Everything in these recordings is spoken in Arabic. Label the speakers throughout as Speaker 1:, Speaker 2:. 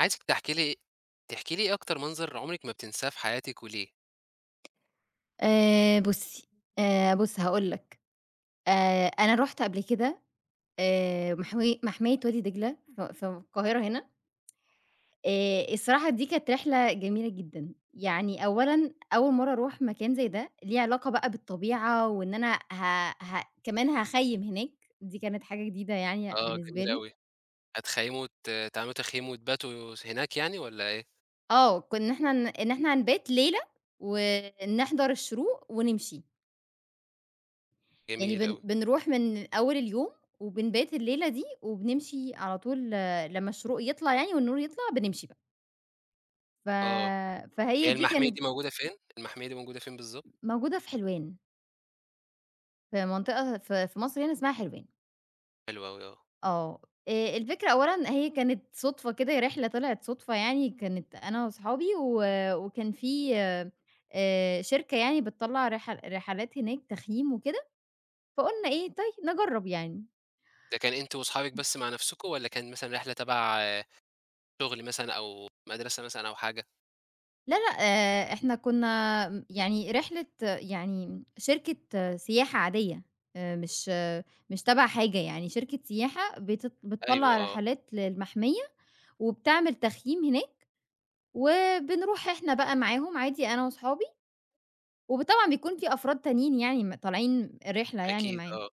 Speaker 1: عايزِك تحكي لي إيه أكتر منظر عمرِك ما بتنساه في حياتِك وليه؟
Speaker 2: بُصّي، بُص هاقول لك، أنا رُحت قبل كده محوي محمية وادي دجلة في القاهرة هنا. الصراحة دي كانت رحلة جميلة جدًا، يعني أولًا أول مرّة أروح مكان زي ده، ليه علاقة بقى بالطبيعة وإن أنا ه ه كمان هاخيّم هناك، دي كانت حاجة جديدة يعني
Speaker 1: آه،
Speaker 2: بالنسبة
Speaker 1: جميل
Speaker 2: لي.
Speaker 1: أوي. هتخيّموا وت تعملوا تخييم وتباتوا هناك يعني والّا إيه؟
Speaker 2: آه، كُنّا إحنا ن إن إحنا هنبات ليلة ونحضر الشروق ونمشي. يعني
Speaker 1: جميل أوي.
Speaker 2: بنروح من أول اليوم، وبنبات الليلة دي، وبنمشي على طول لمّا الشروق يطلع يعني والنور يطلع بنمشي بقى. ف
Speaker 1: آه.
Speaker 2: فهي
Speaker 1: هي
Speaker 2: دي
Speaker 1: المحمية
Speaker 2: كانت
Speaker 1: دي موجودة فين؟ المحمية دي موجودة فين بالضبط؟
Speaker 2: موجودة في حلوان، في منطقة في مصر هنا اسمها حلوان.
Speaker 1: حلو أوي آه.
Speaker 2: آه. الفكرة أولًا هي كانت صُدفة كده، رحلة طلعت صُدفة يعني، كانت أنا وأصحابي وكان في شركة يعني بتطلّع رحلات هناك تخييم وكده، فقُلنا إيه، طيب نجرّب يعني.
Speaker 1: ده كان أنتم وأصحابِك بس مع نفسكم والّا كان مثلًا رحلة تبع شغل مثلًا أو مدرسة مثلًا أو حاجة؟
Speaker 2: لا، لأ، إحنا كنا يعني رحلة يعني شركة سياحة عادية، مش آه، مش تبع حاجة يعني شركة سياحة
Speaker 1: أيوه
Speaker 2: بتطلّع
Speaker 1: آه،
Speaker 2: رحلات للمحمية، وبتعمل تخييم هناك، وبنروح إحنا بقى معاهم عادي أنا وصحابي، طبعًا بيكون في أفراد تانيين يعني طالعين الرحلة يعني
Speaker 1: أكيد
Speaker 2: معانا،
Speaker 1: آه.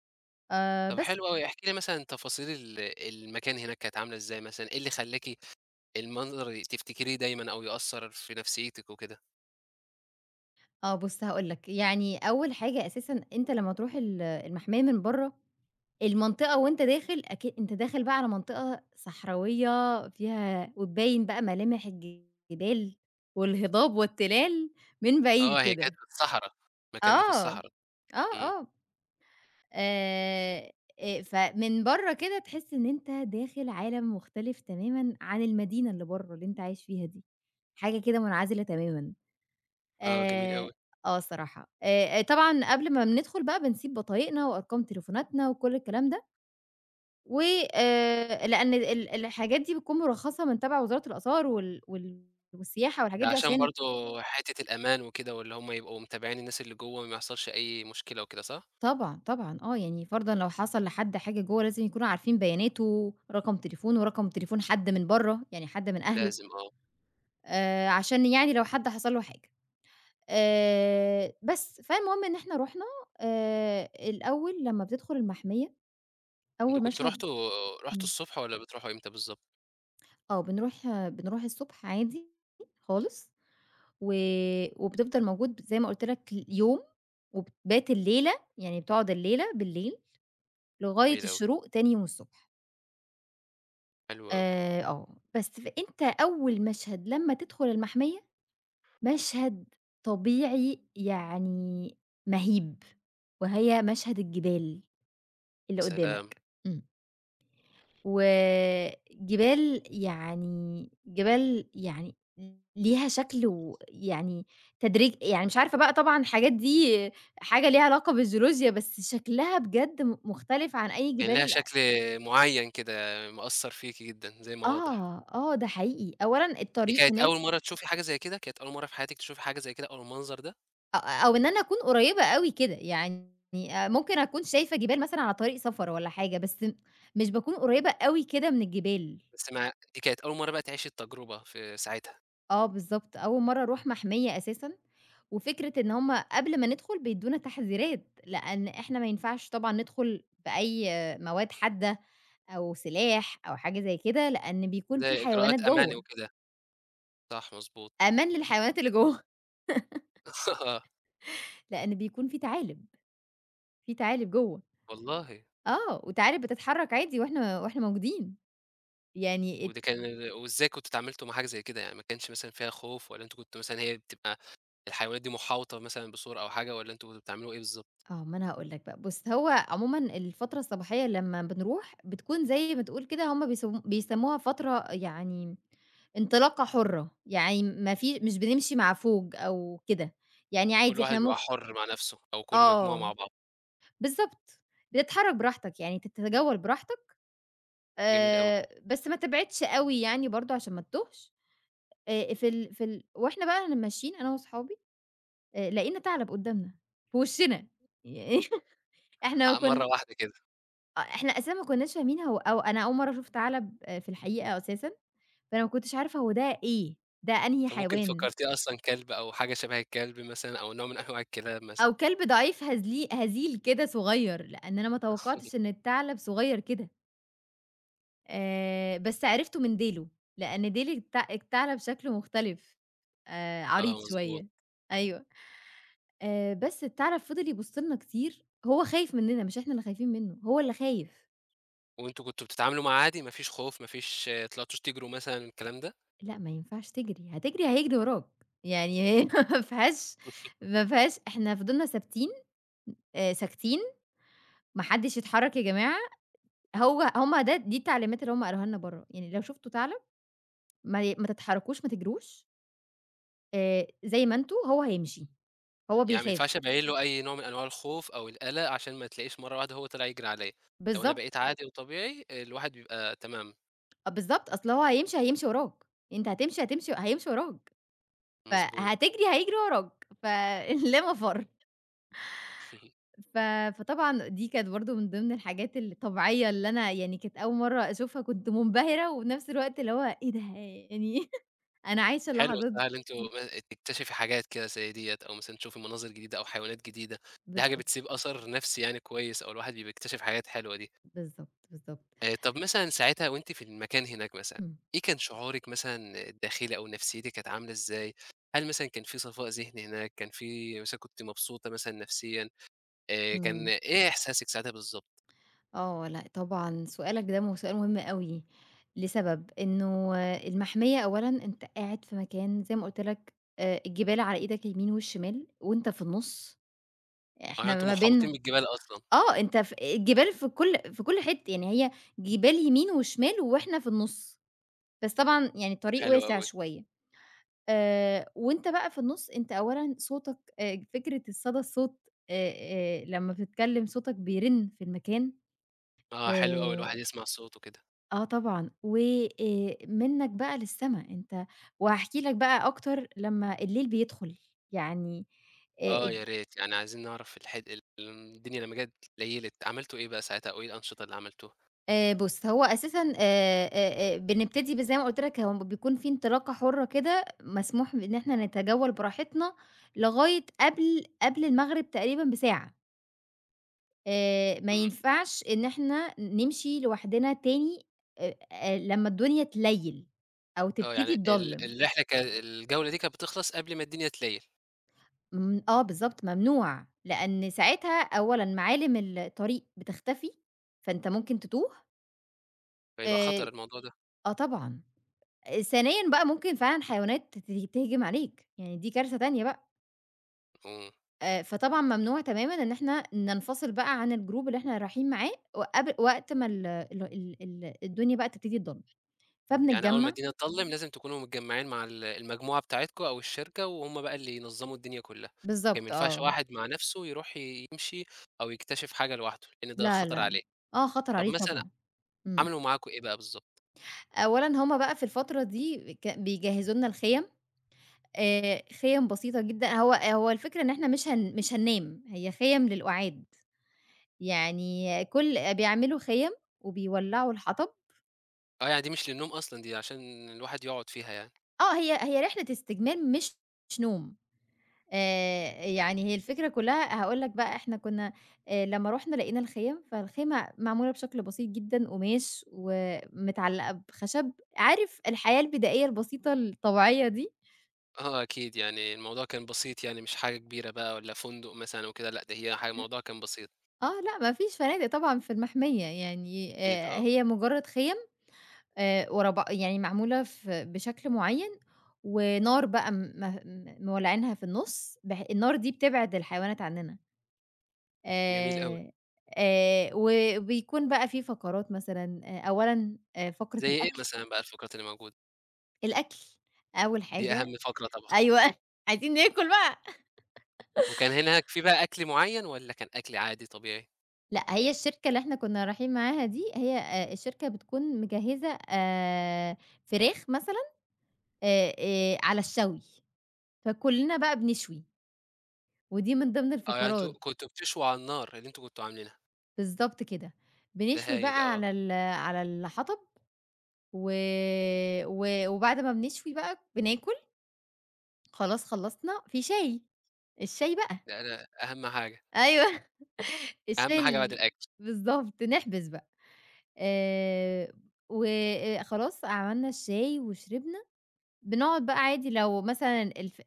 Speaker 1: طب
Speaker 2: بس.
Speaker 1: حلو أوي، احكي لي مثلًا تفاصيل ال المكان هناك كانت عاملة إزاي مثلًا؟ إيه اللي خلّاكِ المنظر تفتكريه دايمًا أو يأثّر في نفسيتِك وكده؟
Speaker 2: آه بُص هاقول لك، يعني أول حاجة أساسًا أنت لمّا تروح المحمية من برّه، المنطقة وأنت داخل أكي أنت داخل بقى على منطقة صحراوية فيها وتبين بقى ملامح الجبال والهضاب والتلال من
Speaker 1: آه،
Speaker 2: بعيد
Speaker 1: هي كانت
Speaker 2: كده.
Speaker 1: في الصحرا، المكان ده في
Speaker 2: آه،
Speaker 1: الصحرا،
Speaker 2: آه،
Speaker 1: إمم،
Speaker 2: آه، آآ، فمن برّه كده تحس إن أنت داخل عالم مختلف تمامًا عن المدينة اللي برّه اللي أنت عايش فيها دي، حاجة كده منعزلة تمامًا.
Speaker 1: آه، جميل أوي،
Speaker 2: آآ آه الصراحة. طبعًا قبل ما بندخل بقى بنسيب بطايقنا وأرقام تليفوناتنا وكل الكلام ده، و لإن الحاجات دي بتكون مرخصة من تبع وزارة الآثار والسياحة
Speaker 1: ده
Speaker 2: والحاجات دي
Speaker 1: عشان
Speaker 2: عشان
Speaker 1: برضه حتة الأمان وكده، واللي هم يبقوا متابعين الناس اللي جوّه ما يحصلش أي مشكلة وكده صح؟
Speaker 2: طبعًا، طبعًا آه. يعني فرضًا لو حصل لحد حاجة جوّه لازم يكونوا عارفين بياناته، رقم تليفونه، رقم تليفون حد من برّه، يعني حد من أهله،
Speaker 1: لازم آه،
Speaker 2: عشان يعني لو حد حصل له حاجة. بس، فالمهم إن إحنا رُحنا الأول لمّا بتدخل المحمية،
Speaker 1: أنتم
Speaker 2: أول
Speaker 1: كنتم
Speaker 2: مشهد.
Speaker 1: رُحتوا رُحتوا
Speaker 2: إمم.
Speaker 1: الصبح والّا بتروحوا إمتى بالضبط؟
Speaker 2: آه، بنروح الصبح عادي خالص، و وبتفضل موجود زي ما قُلت لك يوم، وبتبات الليلة، يعني بتقعد الليلة بالليل لغاية
Speaker 1: جميل أوي،
Speaker 2: الشروق تاني يوم الصبح.
Speaker 1: حلو أوي،
Speaker 2: آه، بس فأنت أول مشهد لمّا تدخل المحمية، مشهد طبيعي يعني مهيب، وهي مشهد الجبال
Speaker 1: يا
Speaker 2: اللي
Speaker 1: سلام!
Speaker 2: قدامك. إمم. وجبال يعني جبال يعني ليها شكل ويعني تدريج يعني مش عارفة بقى طبعًا الحاجات دي حاجة ليها علاقة بالجيولوجيا، بس شكلها بجد مختلف عن أي
Speaker 1: كان
Speaker 2: جبال
Speaker 1: ليها شكل معيّن كده مأثّر فيكِ جدًا زي ما واضح،
Speaker 2: آه، آه، ده حقيقي. أولًا
Speaker 1: دي
Speaker 2: الطريق
Speaker 1: كانت
Speaker 2: هناك
Speaker 1: أول مرّة تشوفي حاجة زي كده؟ كانت أول مرّة في حياتِك تشوفي حاجة زي كده أو المنظر ده؟
Speaker 2: أ أو إن أنا أكون قريبة أوي كده، يعني ممكن أكون شايفة جبال مثلًا على طريق سفر والّا حاجة، بس مش باكون قريبة أوي كده من الجبال.
Speaker 1: بس مع دي كانت أول مرّة بقى تعيشي التجربة في ساعتها،
Speaker 2: آه بالضبط، أول مرّة أروح محمية أساسًا، وفكرة إن هُم قبل ما ندخل بيدّونا تحذيرات، لأن إحنا ما ينفعش طبعًا ندخل بأي مواد حادة أو سلاح أو حاجة زي كده، لأن بيكون في
Speaker 1: زي
Speaker 2: حيوانات
Speaker 1: إجراءات أماني
Speaker 2: جوّه،
Speaker 1: وكده، صح مضبوط.
Speaker 2: أمان للحيوانات اللي جوّه، لأن بيكون في ثعالب، في ثعالب جوّه،
Speaker 1: والله!
Speaker 2: آه، وثعالب بتتحرك عادي وإحنا موجودين، يعني
Speaker 1: وده كان وإزاي كنتم اتعاملتوا مع حاجة زي كده يعني، ما كانش مثلًا فيها خوف والّا أنتم كنتوا مثلًا هي بتبقى الحيوانات دي محاوطة مثلًا بسور أو حاجة والّا أنتم كنتوا بتعملوا إيه بالضبط؟
Speaker 2: آه، ما أنا هاقول لك بقى، بُص هو عمومًا الفترة الصباحية لمّا بنروح بتكون زي ما تقول كده هُم بيسموها فترة يعني انطلاقة حرة، يعني ما في مش بنمشي مع فوج أو كده، يعني
Speaker 1: كل
Speaker 2: عادي
Speaker 1: واحد
Speaker 2: إحنا
Speaker 1: بيبقى حُر مع نَفْسه أو كل مجموعة
Speaker 2: آه،
Speaker 1: مع بعض،
Speaker 2: بالضبط، بتتحرك براحتك يعني تتجول براحتك
Speaker 1: جميل أوي،
Speaker 2: بس ما تبعدش أوي يعني برضه عشان ما تتوهش، في ال في ال وإحنا بقى ماشيين أنا وأصحابي لقينا ثعلب قدامنا في وشنا، يعني إحنا
Speaker 1: ع مرّة
Speaker 2: كن
Speaker 1: واحدة كده،
Speaker 2: آه، إحنا أساسًا ما كناش فاهمين هو أو أنا أول مرّة شُفت عَلَب في الحقيقة أساسًا، فأنا ما كنتش عارفة هو ده إيه، ده أنهي
Speaker 1: فممكن
Speaker 2: حيوان،
Speaker 1: فكّرتيه أصلًا كلب أو حاجة شَبه الكلب مثلًا أو نوع من أنواع الكلاب مثلًا،
Speaker 2: أو كلب ضعيف هزيل كده صغير، لإن أنا ما توقّعتش إن الثعلب صغير كده، بس عرفته من ديله، لإن ديل الثعلب شكله مختلف، عريض
Speaker 1: آه مضبوط،
Speaker 2: شوية، أيوه، بس الثعلب فضل يبُص لنا كتير، هو خايف مننا مش إحنا اللي خايفين منه، هو اللي خايف.
Speaker 1: وأنتم كنتوا بتتعاملوا معاه عادي ما فيش خوف ما فيش طلعتوش تجروا مثلًا الكلام ده؟
Speaker 2: لأ، ما ينفعش تجري، هتجري هيجري وراك، يعني هي ما فيهاش إحنا فضلنا ثابتين، ساكتين، ما حدش يتحرك يا جماعة، هو هم ده دي التعليمات اللي هم قالوها لنا برّه، يعني لو شفتوا ثعلب ما تتحركوش، ما تجروش، زي ما أنتم، هو هيمشي، هو
Speaker 1: يعني ما
Speaker 2: بيخاف،
Speaker 1: ينفعش أبيّن له أي نوع من أنواع الخوف أو القلق، عشان ما تلاقيش مرّة واحدة هو طلع يجري عليّا، لو أنا
Speaker 2: بالضبط،
Speaker 1: بقيت عادي وطبيعي، الواحد بيبقى تمام،
Speaker 2: بالضبط، أصل هو هيمشي، هيمشي وراك، أنت هتمشي، هتمشي هيمشي وراك،
Speaker 1: مضبوط.
Speaker 2: فهتجري هيجري وراك، فلا مفر. ف فطبعًا دي كانت برضه من ضمن الحاجات الطبيعية اللي أنا يعني كانت أول مرّة أشوفها كنت منبهرة، وفي نفس الوقت اللي هو إيه ده يعني أنا عايشة
Speaker 1: حلو
Speaker 2: اللحظات
Speaker 1: السهر اللي أنتِ
Speaker 2: دي
Speaker 1: م تكتشفي حاجات كده زي ديّة، أو مثلًا تشوفي مناظر جديدة أو حيوانات جديدة، دي حاجة
Speaker 2: بالضبط،
Speaker 1: بتسيب أثر نفسي يعني كويس، أو الواحد بيبقى بيكتشف حاجات حلوة دي.
Speaker 2: بالضبط، بالضبط.
Speaker 1: طب مثلًا ساعتها وأنتِ في المكان هناك مثلًا،
Speaker 2: إمم.
Speaker 1: إيه كان شعورِك مثلًا الداخلي أو نفسيتِك كانت عاملة إزاي؟ هل مثلًا كان في صفاء ذهني هناك، كان في مثلًا كنتِ مبسوطة مثلًا نفسيًا، كان
Speaker 2: إمم.
Speaker 1: إيه إحساسِك ساعتها بالضبط؟
Speaker 2: آه، لأ طبعًا سؤالك ده سؤال مهم أوي، لسبب إنه المحمية أولًا أنت قاعد في مكان زي ما قُلت لك الجبال على إيدك اليمين والشمال وأنت في النُص،
Speaker 1: آه، يعني
Speaker 2: إحنا
Speaker 1: أنتم
Speaker 2: ما بين
Speaker 1: محاوطين بالجبال أصلًا،
Speaker 2: آه، أنت الجبال في كل حتّة، يعني هي جبال يمين وشمال وإحنا في النُص، بس طبعًا يعني الطريق
Speaker 1: حلو
Speaker 2: واسع
Speaker 1: أوي،
Speaker 2: شوية، وأنت بقى في النُص أنت أولًا صوتك فكرة الصدى الصوت آآ، لمّا بتتكلم صوتك بيرن في المكان
Speaker 1: آه، حلو أوي
Speaker 2: آآ،
Speaker 1: الواحد يسمع الصوت وكده،
Speaker 2: آه طبعًا، منّك بقى للسما أنت وهاحكي لك بقى أكتر لمّا الليل بيدخل، يعني
Speaker 1: آه،
Speaker 2: آآ،
Speaker 1: يا ريت يعني عايزين نعرف الحد ال الدنيا لمّا جت ليّلت عملتوا إيه بقى ساعتها أو إيه الأنشطة اللي عملتوها؟
Speaker 2: بُص، هو أساسًا بنبتدي زي ما قُلت لك هو بيكون في انطلاقة حُرة كده، مسموح بإن إحنا نتجول براحتنا لغاية قبل المغرب تقريبًا بساعة، ما
Speaker 1: إمم،
Speaker 2: ينفعش إن إحنا نمشي لوحدنا تاني لمّا الدنيا تليل أو
Speaker 1: آه،
Speaker 2: تبتدي
Speaker 1: يعني ال
Speaker 2: تضلّم،
Speaker 1: الرحلة ك الجولة دي كانت بتخلص قبل ما الدنيا تليل،
Speaker 2: آه بالضبط ممنوع، لأن ساعتها أولًا معالم الطريق بتختفي، فأنت ممكن تتوه،
Speaker 1: فيبقى خطر
Speaker 2: آآ
Speaker 1: الموضوع ده،
Speaker 2: آه طبعًا. ثانيًا بقى ممكن فعلًا حيوانات ت ت تهجم عليك، يعني دي كارثة تانية بقى،
Speaker 1: إمم،
Speaker 2: فطبعًا ممنوع تمامًا إن إحنا ننفصل بقى عن الgroup اللي إحنا رايحين معاه وقبل وقت ما ال ال ال ال الدنيا بقى تبتدي تضلّم،
Speaker 1: يعني أول ما
Speaker 2: فبنتجمّع
Speaker 1: الدنيا تضلّم لازم تكونوا متجمّعين مع المجموعة بتاعتكم أو الشركة وهُم بقى اللي ينظموا الدنيا كلها، لكن ما
Speaker 2: بالضبط
Speaker 1: ينفعش
Speaker 2: آه،
Speaker 1: واحد مع نفسه يروح يمشي أو يكتشف حاجة لوحده، لإن ده
Speaker 2: لا،
Speaker 1: خطر
Speaker 2: لا،
Speaker 1: عليه،
Speaker 2: آه خطر
Speaker 1: طب
Speaker 2: عليه
Speaker 1: مثلًا
Speaker 2: طبعًا، إمم،
Speaker 1: عملوا معاكم إيه بقى بالضبط؟
Speaker 2: أولًا هُم بقى في الفترة دي بيجهّزوا لنا الخيم، خيم بسيطة جدًا هو الفكرة إن إحنا مش هننام، هي خيم للأُعاد، يعني بيعملوا خيم وبيولّعوا الحطب
Speaker 1: آه، يعني دي مش للنوم أصلًا، دي عشان الواحد يقعد فيها يعني.
Speaker 2: آه، هي رحلة استجمام مش مش نوم، يعني هي الفكرة كلّها هاقول لك بقى إحنا كنا لمّا رُحنا لقينا الخيام، فالخيمة معمولة بشكل بسيط جدًا قماش ومتعلّقة بخشب، عارف الحياة البدائية البسيطة الطبيعية دي؟
Speaker 1: آه، أكيد يعني الموضوع كان بسيط يعني مش حاجة كبيرة بقى والّا فندق مثلًا وكده، لأ ده هي حاجة الموضوع كان بسيط،
Speaker 2: آه، لأ ما فيش فنادق طبعًا في المحمية، يعني
Speaker 1: أكيد آه،
Speaker 2: هي مجرّد خيم ورا بع يعني معمولة بشكل معيّن ونار بقى م م مولعينها في النُص، النار دي بتبعد الحيوانات عنّنا.
Speaker 1: جميل أوي.
Speaker 2: آآ وبيكون بقى في فقرات مثلًا أولًا فقرة
Speaker 1: زي إيه
Speaker 2: الأكل،
Speaker 1: مثلًا بقى الفقرات اللي موجودة؟
Speaker 2: الأكل أول
Speaker 1: دي أهم
Speaker 2: حاجة.
Speaker 1: فقرة طبعًا.
Speaker 2: أيوه عايزين ناكل بقى.
Speaker 1: وكان هناك في بقى أكل معين والّا كان أكل عادي طبيعي؟
Speaker 2: لأ هي الشركة اللي إحنا كنا رايحين معاها دي هي الشركة بتكون مجهّزة فراخ مثلًا على الشوي، فكلنا بقى بنشوي، ودي من ضمن
Speaker 1: آه، يعني أنتم
Speaker 2: الفقرات،
Speaker 1: كنتم بتشووا على النار اللي أنتم كنتم عاملينها،
Speaker 2: بالضبط كده،
Speaker 1: ده
Speaker 2: بنشوي
Speaker 1: هايل
Speaker 2: بقى
Speaker 1: آه،
Speaker 2: على الحطب و و وبعد ما بنشوي بقى بناكل. خلاص خلّصنا، في شاي، الشاي بقى
Speaker 1: ده أهم حاجة،
Speaker 2: أيوه
Speaker 1: أهم
Speaker 2: الشاي
Speaker 1: حاجة بعد الأكل.
Speaker 2: بالضبط، نحبس بقى آآ، و خلاص عملنا الشاي وشربنا، بنقعد بقى عادي لو مثلًا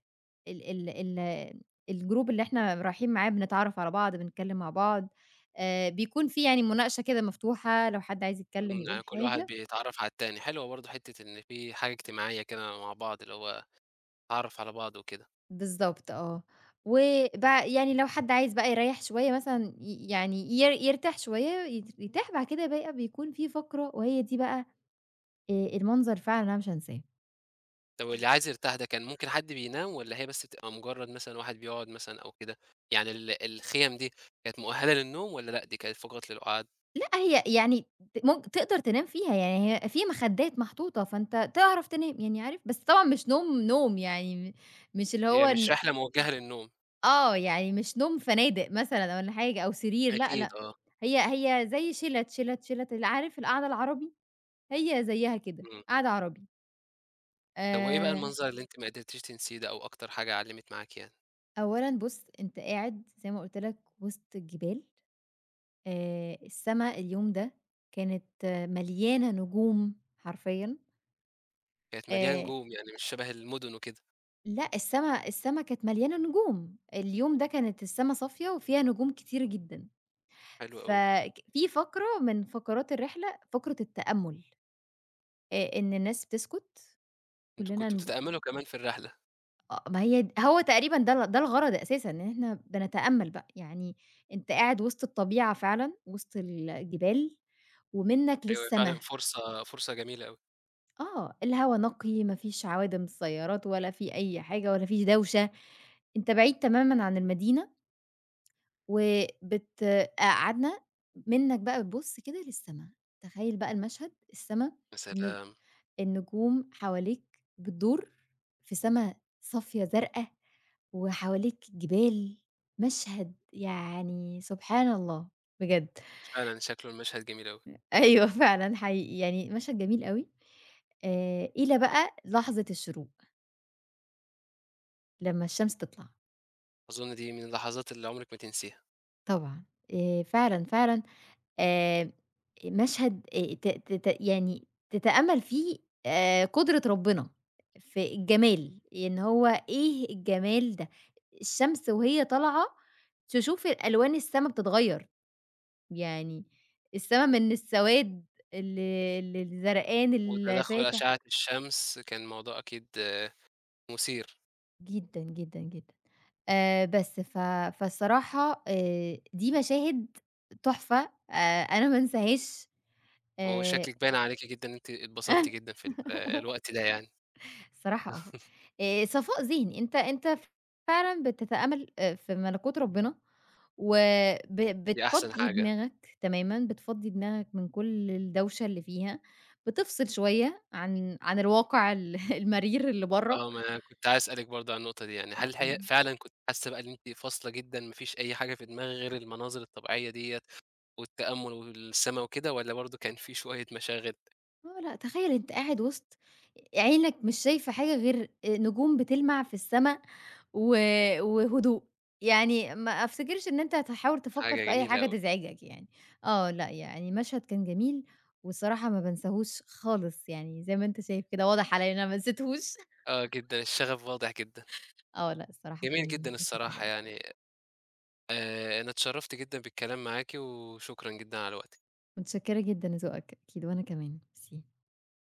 Speaker 2: ال ال ال الgroup اللي إحنا رايحين معاه بنتعرف على بعض، بنتكلم مع بعض بيكون في يعني مناقشة كده مفتوحة، لو حد عايز يتكلم
Speaker 1: إمم، يعني
Speaker 2: يقول
Speaker 1: كل واحد
Speaker 2: حاجة
Speaker 1: بيتعرّف على التاني، حلوة برضه حتّة إن في حاجة اجتماعية كده مع بعض، اللي هو نتعرّف على بعض وكده.
Speaker 2: بالضبط آه. وبقى يعني لو حد عايز بقى يريّح شوية مثلًا يعني يرتاح شوية يرتاح، بعد كده بقى بيكون في فقرة وهي دي بقى المنظر فعلًا أنا مش هانساه.
Speaker 1: طب واللي عايز يرتاح ده كان ممكن حد بينام والّا هي بس بتبقى مجرّد مثلًا واحد بيقعد مثلًا أو كده؟ يعني الخيم دي كانت مؤهلة للنوم والّا لأ دي كانت فقط للقعاد؟
Speaker 2: لأ هي يعني ت مم تقدر تنام فيها، يعني هي في مخدات محطوطة فأنت تعرف تنام، يعني عارف بس طبعًا مش نوم، نوم يعني مش اللي هو
Speaker 1: هي مش
Speaker 2: إن
Speaker 1: رحلة موجهة للنوم.
Speaker 2: آه، يعني مش نوم فنادق مثلًا والّا حاجة أو سرير لأ،
Speaker 1: أكيد
Speaker 2: لأ.
Speaker 1: آه.
Speaker 2: هي هي زي شِلَت، شِلَت، شِلَت، عارف القعدة العربي؟ هي زيّها كده،
Speaker 1: إمم.
Speaker 2: قعدة عربي.
Speaker 1: طب وإيه بقى
Speaker 2: آآ،
Speaker 1: المنظر اللي أنتِ ما قدرتيش تنسيه ده أو أكتر حاجة علّمت معاكِ يعني؟
Speaker 2: أولًا بُص، أنت قاعد زي ما قُلت لك وسط الجبال، السما اليوم ده كانت مليانة نجوم حرفيًا،
Speaker 1: كانت مليانة
Speaker 2: آآ،
Speaker 1: نجوم يعني مش شبه المدن وكده.
Speaker 2: لأ السما كانت مليانة نجوم، اليوم ده كانت السما صافية وفيها نجوم كتير جدًا،
Speaker 1: حلو أوي.
Speaker 2: في فقرة من فقرات الرحلة، فقرة التأمُّل، إن الناس بتسكت،
Speaker 1: أنتم
Speaker 2: كلنا
Speaker 1: كنتم بتتأملوا كمان في الرحلة.
Speaker 2: آه، ما هي هو تقريبًا ده ال ده الغرض أساسًا، إن إحنا بنتأمَّل بقى، يعني أنت قاعد وسط الطبيعة فعلًا، وسط الجبال، ومنّك
Speaker 1: أيوه
Speaker 2: للسما،
Speaker 1: فعلًا فرصة جميلة أوي.
Speaker 2: آه، الهوا نقي، ما فيش عوادم سيارات ولا في أي حاجة ولا فيش دوشة، أنت بعيد تمامًا عن المدينة، وبت قعدنا منّك بقى بتبُص كده للسما، تخيّل بقى المشهد، السما،
Speaker 1: يا
Speaker 2: إن
Speaker 1: سلام!
Speaker 2: النجوم حواليك بتدور في سما صافية زرقا، وحواليك جبال، مشهد يعني سبحان الله بجد.
Speaker 1: فعلًا شكله المشهد جميل أوي.
Speaker 2: أيوه فعلًا حقيقي، يعني مشهد جميل أوي، إلى بقى لحظة الشروق لمّا الشمس تطلع،
Speaker 1: أظن دي من اللحظات اللي عمرِك ما تنسيها.
Speaker 2: طبعًا فعلًا، فعلًا آآ مشهد ت تت يعني تتأمّل فيه قُدرة ربنا في الجمال، إن هو إيه الجمال ده، الشمس وهي طالعة تشوف ألوان السما بتتغيّر، يعني السما من السواد ل للزرقان
Speaker 1: وتدخُّل
Speaker 2: الفاتح
Speaker 1: أشعة الشمس كان موضوع أكيد مثير،
Speaker 2: جدًا، جدًا، جدًا. بس فالصراحة دي مشاهد تحفة أنا ما انساهاش آآ
Speaker 1: وشكلِك باين عليكِ جدًا إن أنتِ اتبسطتِ جدًا في ال آه، الوقت ده يعني،
Speaker 2: الصراحة آه. صفاء ذهني، أنت فعلًا بتتأمل في ملكوت ربنا
Speaker 1: دي أحسن
Speaker 2: بتفضّي
Speaker 1: حاجة.
Speaker 2: دماغك تمامًا، بتفضّي دماغك من كل الدوشة اللي فيها، بتفصل شوية عن الواقع المرير اللي برّه.
Speaker 1: آه، ما أنا كنت عايز أسألِك برضه عن النقطة دي يعني، هل هي
Speaker 2: إمم.
Speaker 1: فعلًا كنتِ حاسة بقى إن أنتِ فاصلة جدًا ما فيش أي حاجة في دماغِك غير المناظر الطبيعية ديّة والتأمُّل والسما وكده والّا برضه كان في شوية مشاغل؟
Speaker 2: آه، لأ تخيّل أنت قاعد وسط عينك مش شايفة حاجة غير نجوم بتلمع في السما و وهدوء، يعني ما أفتكرش إن أنت هتحاول تفكّر
Speaker 1: حاجة
Speaker 2: في أي
Speaker 1: جميلة
Speaker 2: حاجة
Speaker 1: أوي.
Speaker 2: تزعجك يعني، آه، لأ يعني مشهد كان جميل والصراحة ما بانساهوش خالص يعني زي ما أنت شايف كده واضح عليَّ إن أنا ما نسيتهوش
Speaker 1: آه جدًا، الشغف واضح جدًا.
Speaker 2: آه، لأ الصراحة
Speaker 1: جميل
Speaker 2: كان
Speaker 1: جدًا
Speaker 2: مشهد حلو
Speaker 1: الصراحة
Speaker 2: أوي،
Speaker 1: يعني، أنا اتشرّفت جدًا بالكلام معاكِ وشكرًا جدًا على الوقت.
Speaker 2: متشكرة جدًا لذوقك أكيد وأنا كمان، ميرسي.